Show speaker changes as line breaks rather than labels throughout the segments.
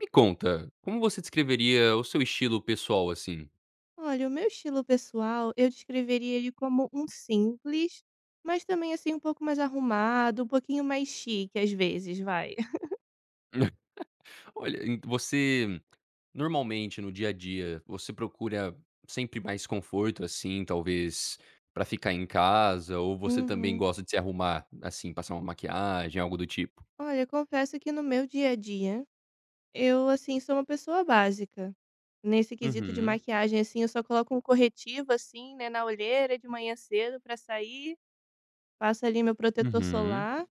Me conta, como você descreveria o seu estilo pessoal, assim?
Olha, o meu estilo pessoal, eu descreveria ele como um simples, mas também assim um pouco mais arrumado, um pouquinho mais chique às vezes, vai.
Olha, en você normalmente no dia a dia, você procura sempre mais conforto, assim, talvez pra ficar em casa, ou você também
Uhum.
gosta de se arrumar, assim, passar uma maquiagem, algo do tipo?
Olha, confesso que no meu dia a dia, eu assim sou uma pessoa básica. Nesse quesito de
Uhum,
maquiagem assim, eu só coloco um corretivo assim, né, na olheira de manhã cedo pra sair, passo ali meu protetor
uhum,
solar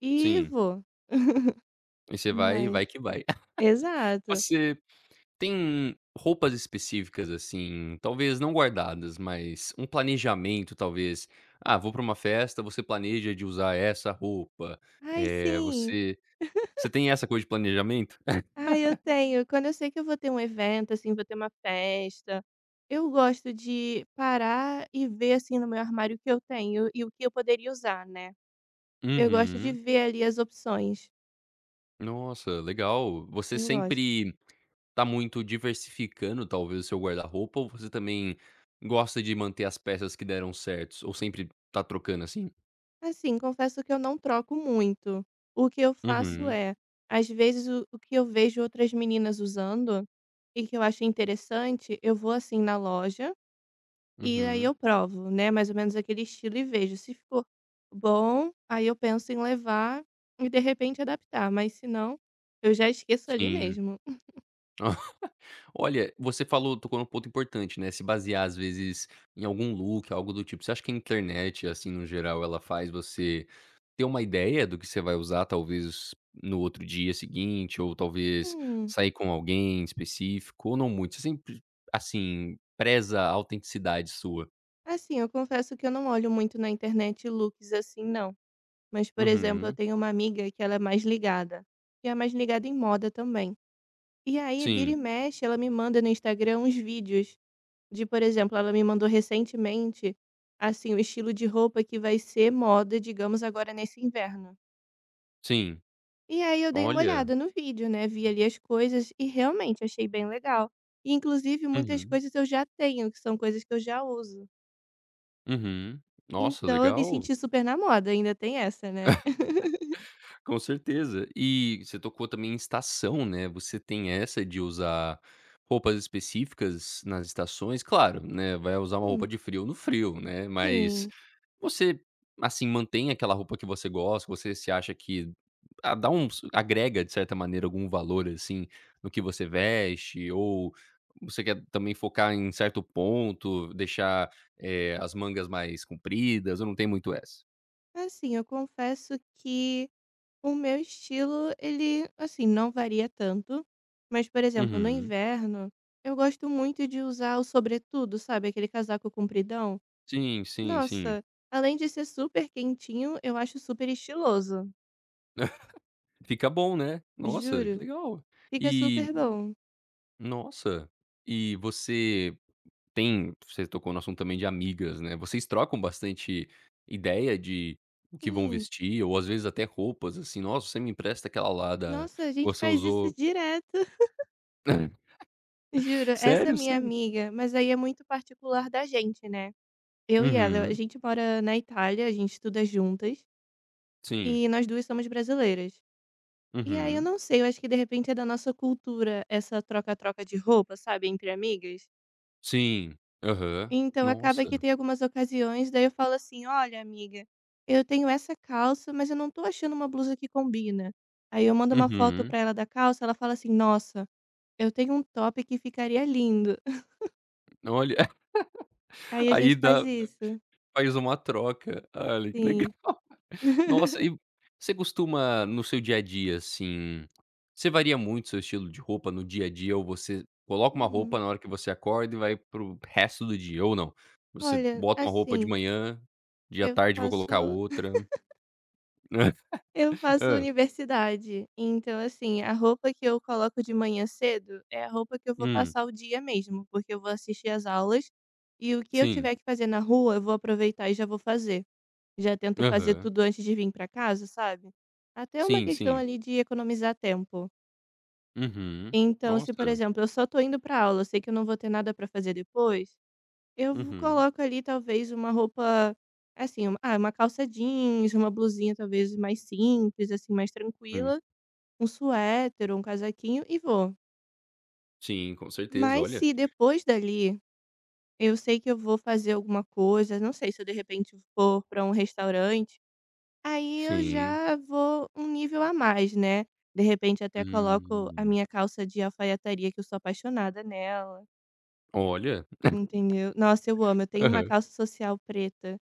e
sim.
vou.
Aí você vai
Mas
vai que vai.
exato.
Você Tem roupas específicas, assim, talvez não guardadas, mas um planejamento, talvez. Ah, vou pra uma festa, você planeja de usar essa roupa.
Ai,
é
sim.
você você tem essa coisa de planejamento?
Ah, eu tenho. Quando eu sei que eu vou ter um evento, assim, vou ter uma festa, eu gosto de parar e ver, assim, no meu armário o que eu tenho e o que eu poderia usar, né. Eu gosto de
Uhum.
ver ali as opções.
Nossa, legal. Você
Eu gosto.
sempre tá muito diversificando, talvez, o seu guarda-roupa, ou você também gosta de manter as peças que deram certos? Ou sempre tá trocando assim?
Assim, confesso que eu não troco muito. O que eu faço
Uhum,
é, às vezes, o que eu vejo outras meninas usando e que eu acho interessante, eu vou, assim, na loja. E aí
uhum,
eu provo, né, mais ou menos aquele estilo e vejo se ficou bom, aí eu penso em levar e de repente adaptar, mas se não, eu já esqueço ali
sim.
mesmo.
Olha, você falou tocou num ponto importante, né, se basear às vezes em algum look, algo do tipo. Você acha que a internet, assim, no geral, ela faz você ter uma ideia do que você vai usar, talvez no outro dia seguinte, ou talvez
Hum,
sair com alguém específico, ou não muito? Você sempre, assim, preza a autenticidade sua?
assim, eu confesso que eu não olho muito na internet looks assim não, mas por exemplo, eu
Uhum.
tenho uma amiga que ela é mais ligada, e é mais ligada em moda também. E aí vira
Sim,
e mexe, ela me manda no Instagram uns vídeos de, por exemplo, ela me mandou recentemente assim o estilo de roupa que vai ser moda, digamos, agora nesse inverno.
sim.
E aí eu dei uma
Olha.
olhada no vídeo, né, vi ali as coisas e realmente achei bem legal. E inclusive muitas
Uhum,
coisas eu já tenho, que são coisas que eu já uso.
uhum. Nossa,
Então eu me
legal.
senti super na moda, ainda tem essa, né.
Com certeza. E você tocou também em estação, né, você tem essa de usar roupas específicas nas estações, claro, né, vai usar uma roupa
Hum,
de frio no frio, né, mas
sim.
você, assim, mantém aquela roupa que você gosta, você se acha que a dá um agrega de certa maneira algum valor, assim, no que você veste ou você quer também focar em certo ponto, deixar, as mangas mais compridas ou não tem muito essa?
Assim, eu confesso que o meu estilo ele, assim, não varia tanto, mas, por exemplo, no
Uhum.
inverno, eu gosto muito de usar o sobretudo, sabe, aquele casaco compridão.
Sim, sim, sim.
Nossa, além de ser super quentinho, eu acho super estiloso,
Fica bom, né. Nossa, que
juro.
legal.
Fica
E
super bom.
nossa, e você tem você tocou no assunto também de amigas, né, vocês trocam bastante ideia de o que vão
Sim.
vestir ou às vezes até roupas, assim: "Nossa, você me empresta aquela lá da
Nossa, a
que
gente
você
faz isso
usou".
direto. Juro, essa é
Sério,
minha
sério?
amiga, mas aí é muito particular da gente, né? Eu e ela, a
Uhum.
gente mora na Itália, a gente estuda juntas
Sim.
e nós duas somos brasileiras. E aí eu
Uhum.
não sei, eu acho que de repente é da nossa cultura essa troca-troca de roupa, sabe, entre amigas.
Sim. Aham.
Então acaba que
Nossa.
tem algumas ocasiões, daí eu falo assim: "Olha, amiga, eu tenho essa calça, mas eu não tô achando uma blusa que combina". Aí eu mando uma foto
Uhum.
pra ela da calça, ela fala assim: "Nossa, eu tenho um top que ficaria lindo".
Olha,
Aí a
aí
gente faz
dá
isso.
faz uma troca. Olha, que legal.
Sim.
Nossa, e você costuma no seu dia a dia, assim, você varia muito seu estilo de roupa no dia a dia ou você coloca uma roupa
Hum,
na hora que você acorda e vai para o resto do dia ou não? Você
olha,
bota uma roupa de
assim,
manhã, dia à
eu
tarde vou colocar
faço
outra.
eu faço
Hã.
universidade, então, assim, a roupa que eu coloco de manhã cedo é a roupa que eu vou
Hum,
passar o dia mesmo, porque eu vou assistir às aulas e o que eu
sim.
tiver que fazer na rua, eu vou aproveitar e já vou fazer. Já tento fazer
Aham.
tudo antes de vir para casa, sabe? Até uma
Sim,
questão
sim.
ali de economizar tempo.
Uhum.
Então, se, por
Nossa.
exemplo, eu só tô indo pra aula, eu sei que eu não vou ter nada pra fazer depois, eu v
Uhum.
coloco ali talvez uma roupa, assim, um uma calça jeans, uma blusinha talvez mais simples, assim, mais
Hum.
tranquila, um suéter um casaquinho e vou.
Sim, com certeza,
Mas
olha.
se depois dali, eu sei que eu vou fazer alguma coisa, não sei, se eu de repente for pra um restaurante, aí eu
Sim.
já vou um nível a mais, né. De repente até coloco a
Hum.
minha calça de alfaiataria que eu sou apaixonada nela.
Olha.
Entendeu. Nossa, eu amo. Eu tenho uma
Aham.
calça social preta,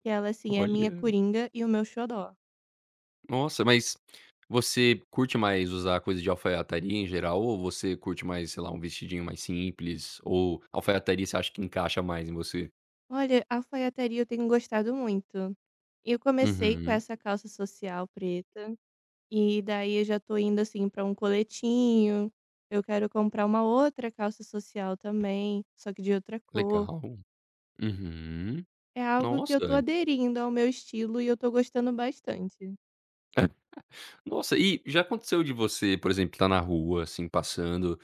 que ela, assim, é a minha
Olha.
coringa e o meu xodó.
Nossa, mas você curte mais usar coisa de alfaiataria em geral ou você curte mais, sei lá, um vestidinho mais simples ou alfaiataria você acha que encaixa mais em você?
Olha, alfaiataria eu tenho gostado muito. Eu comecei com
Uhum,
essa calça social preta, e daí eu já tô indo, assim, pra um coletinho. Eu quero comprar uma outra calça social também, só que de outra cor.
legal. Uhum.
É algo que eu tô
Nossa.
aderindo ao meu estilo e eu tô gostando bastante.
Nossa, e já aconteceu de você, por exemplo, estar na rua, assim, passando.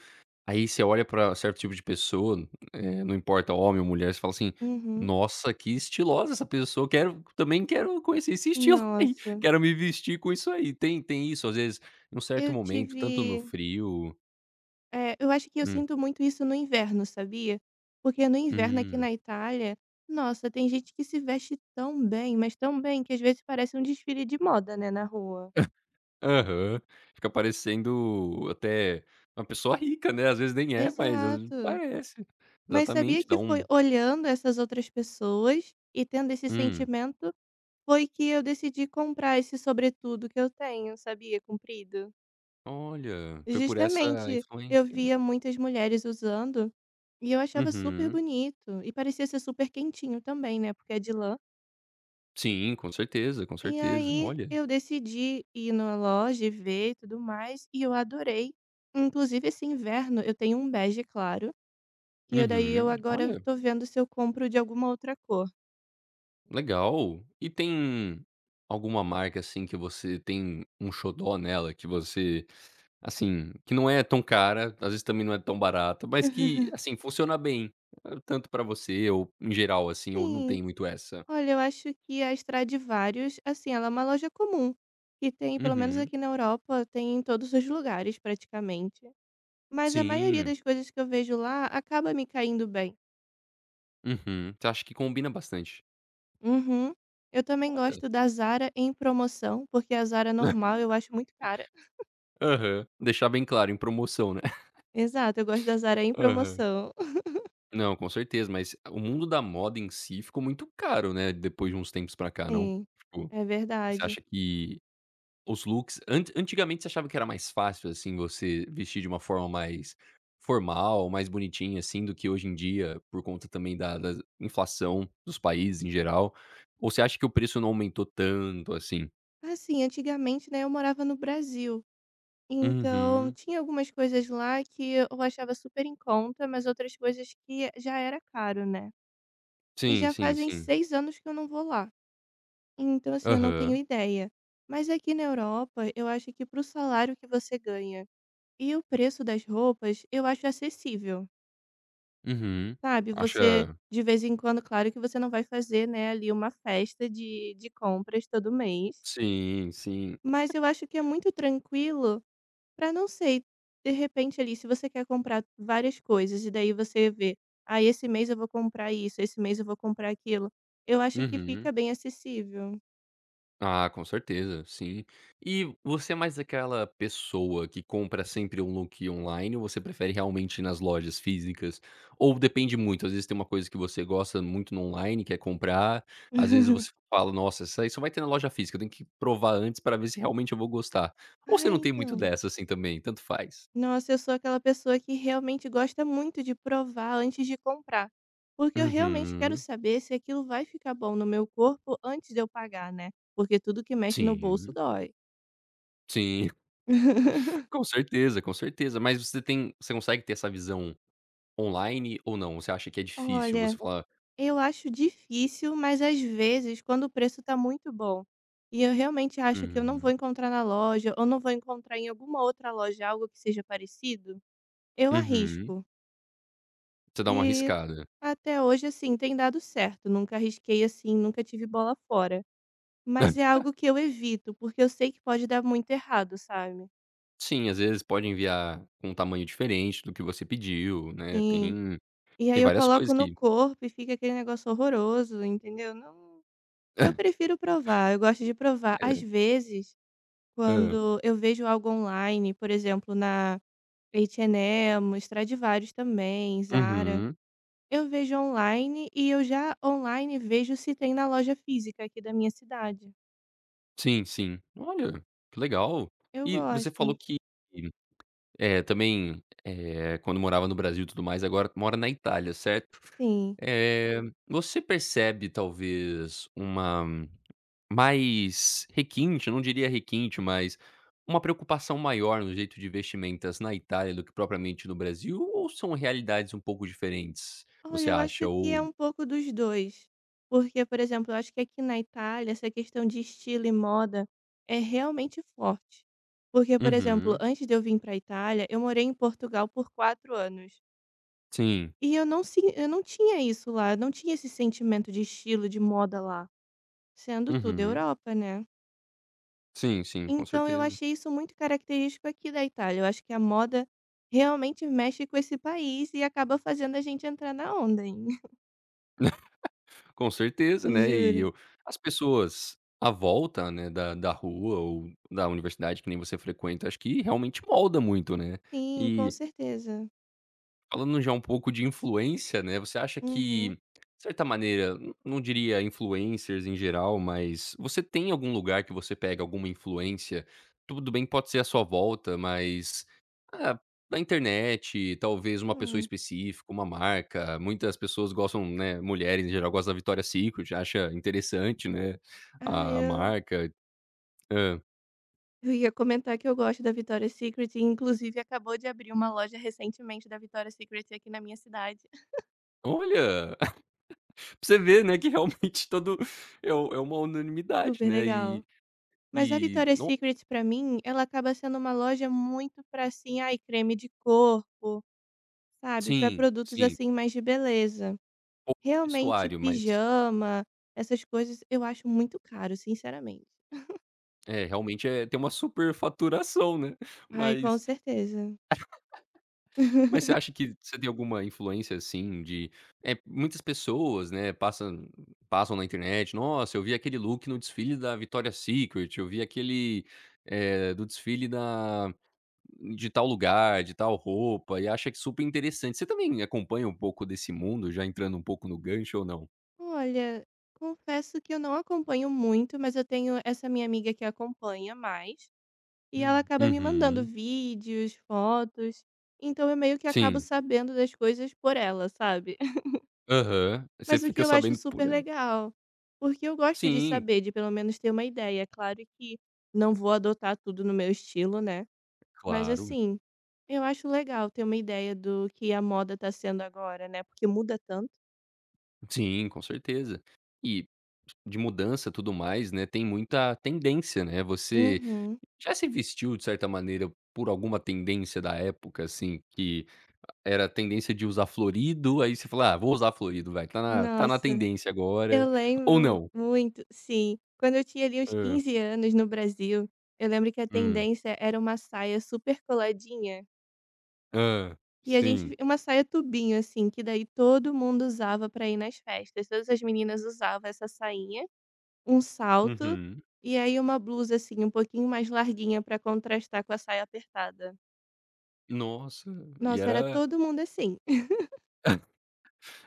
Aí você olha pra certo tipo de pessoa, não importa homem ou mulher, você fala assim:
Uhum.
"Nossa, que estilosa essa pessoa, quero também quero conhecer esse estilo aí,
Nossa,
quero me vestir com isso aí". Tem isso, às vezes, em um certo
eu
momento, tanto no
tive
frio.
é, eu acho que eu
Hum,
sinto muito isso no inverno, sabia? Porque no inverno aqui
hum.
na Itália, nossa, tem gente que se veste tão bem, mas tão bem, que às vezes parece um desfile de moda, né, na rua.
Aham. Fica parecendo até uma pessoa rica, né, às vezes nem é, mas às vezes
Exato.
parece.
Mas sabia
Exatamente, dá
que foi
um
olhando essas outras pessoas e tendo esse
hum.
sentimento, foi que eu decidi comprar esse sobretudo que eu tenho, sabia? Comprido.
Olha, foi por essa
Justamente, eu
influência.
via muitas mulheres usando e eu achava super
Uhum.
bonito. E parecia ser super quentinho também, né? Porque é de lã.
Sim, com certeza, com
E
certeza.
aí
Olha.
eu decidi ir na loja e ver e tudo mais, e eu adorei. Inclusive esse inverno eu tenho um bege claro, e eu daí eu
Uhum.
agora
Olha,
tô vendo se eu compro de alguma outra cor.
legal. E tem alguma marca, assim, que você tem um xodó nela, que você assim, que não é tão cara, às vezes também não é tão barata, mas que, assim, funciona bem, hã, tanto pra você ou em geral, assim, ou não
Sim,
tem muito essa?
olha, eu acho que a Stradivarius, assim, ela é uma loja comum, que tem, pelo menos
Uhum.
aqui na Europa, tem em todos os lugares praticamente. Mas a maioria
Sim.
das coisas que eu vejo lá acaba me caindo bem.
Uhum. Você acha que combina bastante.
Uhum. Eu também
Olha.
gosto da Zara em promoção, porque a Zara normal eu acho muito cara.
Aham. Deixar bem claro, em promoção, né.
Exato, eu gosto da Zara em
Aham.
promoção.
Não, com certeza, mas o mundo da moda em si ficou muito caro, né, depois de uns tempos pra cá, não?
Sim,
Tipo,
é
você
verdade.
acha que os looks antigamente você achava que era mais fácil, assim, você vestir de uma forma mais formal, mais bonitinha, assim, do que hoje em dia, por conta também da inflação dos países em geral? Ou você acha que o preço não aumentou tanto assim?
Assim, antigamente, né, eu morava no Brasil, então
Uhum.
tinha algumas coisas lá que eu achava super em conta, mas outras coisas que já era caro, né. E
Sim,
já
sim,
fazem
sim.
6 anos que eu não vou lá, então assim, eu não tenho
Aham.
ideia. Mas aqui na Europa, eu acho que para o salário que você ganha e o preço das roupas, eu acho acessível.
Uhum.
Sabe, você
Acha
de vez em quando claro que você não vai fazer, né, ali uma festa de compras todo mês,
sim, sim.
mas eu acho que é muito tranquilo para não sei, de repente ali se você quer comprar várias coisas e daí você vê: "Ah, esse mês eu vou comprar isso, esse mês eu vou comprar aquilo", eu acho que
Uhum.
fica bem acessível.
Ah, com certeza, sim. E você é mais daquela pessoa que compra sempre um look online ou você prefere realmente ir nas lojas físicas? Ou depende muito, às vezes tem uma coisa que você gosta muito no online, quer comprar, às vezes você fala, nossa, isso aí só vai ter na loja física, eu tenho que provar antes para ver se realmente eu vou gostar. Ou
Ah,
você não tem muito
então.
dessa assim também, tanto faz?
Nossa, eu sou aquela pessoa que realmente gosta muito de provar antes de comprar, porque eu realmente quero
Uhum.
saber se aquilo vai ficar bom no meu corpo antes de eu pagar, né? Porque tudo que mexe no bolso
Sim,
dói.
sim, com certeza, com certeza. Mas você tem você consegue ter essa visão online ou não? Você acha que é difícil você
Olha,
falar:
eu acho difícil, mas às vezes, quando o preço tá muito bom e eu realmente acho que eu não vou
"Hum".
encontrar na loja ou não vou encontrar em alguma outra loja algo que seja parecido, eu
Uhum.
arrisco.
Você dá uma
E
arriscada.
até hoje, assim, tem dado certo. Nunca arrisquei assim, nunca tive bola fora. Mas é algo que eu evito, porque eu sei que pode dar muito errado, sabe.
Sim, às vezes pode enviar com um tamanho diferente do que você pediu, né,
Sim.
tem
E aí
tem
eu
várias coisas
coloco no
que
corpo e fica aquele negócio horroroso, entendeu. Não, eu prefiro provar, eu gosto de provar. Às
é.
vezes,
Hã.
quando eu vejo algo online, por exemplo, na H&M, Stradivarius também, Zara, Uhum,
Uhum.
eu vejo online e eu já online vejo se tem na loja física aqui da minha cidade.
Sim, sim. Olha, que legal.
Eu
E você falou
gosto.
que, também, quando morava no Brasil e tudo mais, agora mora na Itália, certo?
Sim.
Eh, você percebe talvez uma. Mais requinte, eu não diria requinte, mas uma preocupação maior no jeito de vestimentas na Itália do que propriamente no Brasil, ou são realidades um pouco diferentes,
Olha,
você
eu acho
acha?
que é
Ou
um pouco dos 2, porque, por exemplo, eu acho que aqui na Itália essa questão de estilo e moda é realmente forte. Porque, por exemplo,
uhum.
antes de eu vir para a Itália, eu morei em Portugal por 4 anos.
Sim.
Eu não tinha isso lá, eu não tinha esse sentimento de estilo, de moda lá, sendo tudo
Uhum.
Europa, né.
Sim, sim, com
Então eu
certeza.
achei isso muito característico aqui da Itália, eu acho que a moda realmente mexe com esse país e acaba fazendo a gente entrar na onda, hein.
Com certeza, né, e
Juro.
eu as pessoas à volta, né, da rua ou da universidade que nem você frequenta, acho que realmente molda muito, né.
Sim, com
E
certeza.
falando já um pouco de influência, né, você acha que,
Uhum.
de certa maneira, n não diria influencers em geral, mas você tem algum lugar que você pega alguma influência? Tudo bem que pode ser à sua volta, mas, ah, na internet, talvez uma pessoa
Hum.
específica, uma marca. Muitas pessoas gostam, né, mulheres em geral gostam da Victoria's Secret, acha interessante, né,
Ah,
a
eu
marca. Hã.
eu ia comentar que eu gosto da Victoria's Secret e inclusive acabou de abrir uma loja recentemente da Victoria's Secret aqui na minha cidade.
Olha, pra você ver, né, que realmente todo é u é uma unanimidade,
Super
né, e
legal. Mas a
e
Victoria's Secret pra mim, ela acaba sendo uma loja muito pra assim, ai, creme de corpo, sabe, pra
sim,
produtos
sim,
assim mais de beleza.
pouco de
Realmente
vestuário, mas
pijama, essas coisas eu acho muito caro, sinceramente.
é, realmente tem uma superfaturação, né.
Ai, com
Mas
certeza.
mas você acha que você tem alguma influência, assim, de é muitas pessoas, né, passam na internet: "Nossa, eu vi aquele look no desfile da Victoria's Secret, eu vi aquele, do desfile da de tal lugar, de tal roupa", e acha que super interessante. Você também acompanha um pouco desse mundo, já entrando um pouco no gancho ou não?
Olha, confesso que eu não acompanho muito, mas eu tenho essa minha amiga que acompanha mais, e ela
Hum.
acaba me mandando
Uhum.
vídeos, fotos, então eu meio que acabo
Sim.
sabendo das coisas por ela, sabe?
Aham. Você
Mas o que
fica
eu acho
sabendo por
super legal, porque eu gosto de
sim,
saber, de pelo menos ter uma ideia. Claro que não vou adotar tudo no meu estilo, né? Mas
claro.
assim, eu acho legal ter uma ideia do que a moda tá sendo agora, né? Porque muda tanto.
Sim, com certeza. E de mudança, tudo mais, né, tem muita tendência, né. Você
Uhum.
já se vestiu de certa maneira por alguma tendência da época, assim, que era a tendência de usar florido, aí você fala: "Ah, vou usar florido, vai, tá na
Nossa.
tendência agora",
Eu
ou
lembro
não?
muito, sim. Quando eu tinha ali uns
Hã.
15 anos no Brasil, eu lembro que a
Hum.
tendência era uma saia super coladinha,
Hã.
e a
Sim.
gente uma saia tubinho assim, que daí todo mundo usava pra ir nas festas, todas as meninas usavam essa sainha, um salto,
Uhum.
e aí uma blusa assim um pouquinho mais larguinha pra contrastar com a saia apertada.
Nossa, e
Nossa, era
era
todo mundo assim.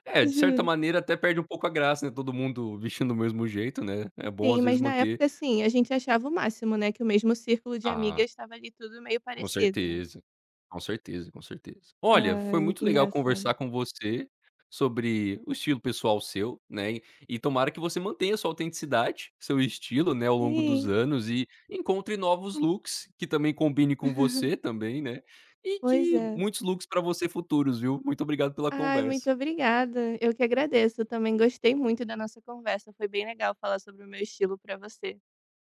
é, de certa
Juro.
maneira até perde um pouco a graça, né, todo mundo vestindo do mesmo jeito, né. É bom
Sim,
às vezes
mas na
manter.
época, assim, a gente achava o máximo, né, que o mesmo círculo de
Ah.
amigas estava ali tudo meio
Com
parecido.
certeza, com certeza, com certeza. Olha, foi
Ai, muito
muito legal
engraçado.
conversar com você sobre o estilo pessoal seu, né, e tomara que você mantenha sua autenticidade, seu estilo, né, ao longo dos
Sim.
anos e encontre novos looks que também combine com você também, né, e
Pois
que
é.
muitos looks para você futuros, viu. Muito obrigado pela
Ai, muito
conversa.
obrigada. Eu que agradeço. Também gostei muito da nossa conversa. Foi bem legal falar sobre o meu estilo para você.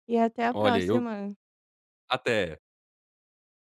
E até a
Olha, eu
próxima.
até.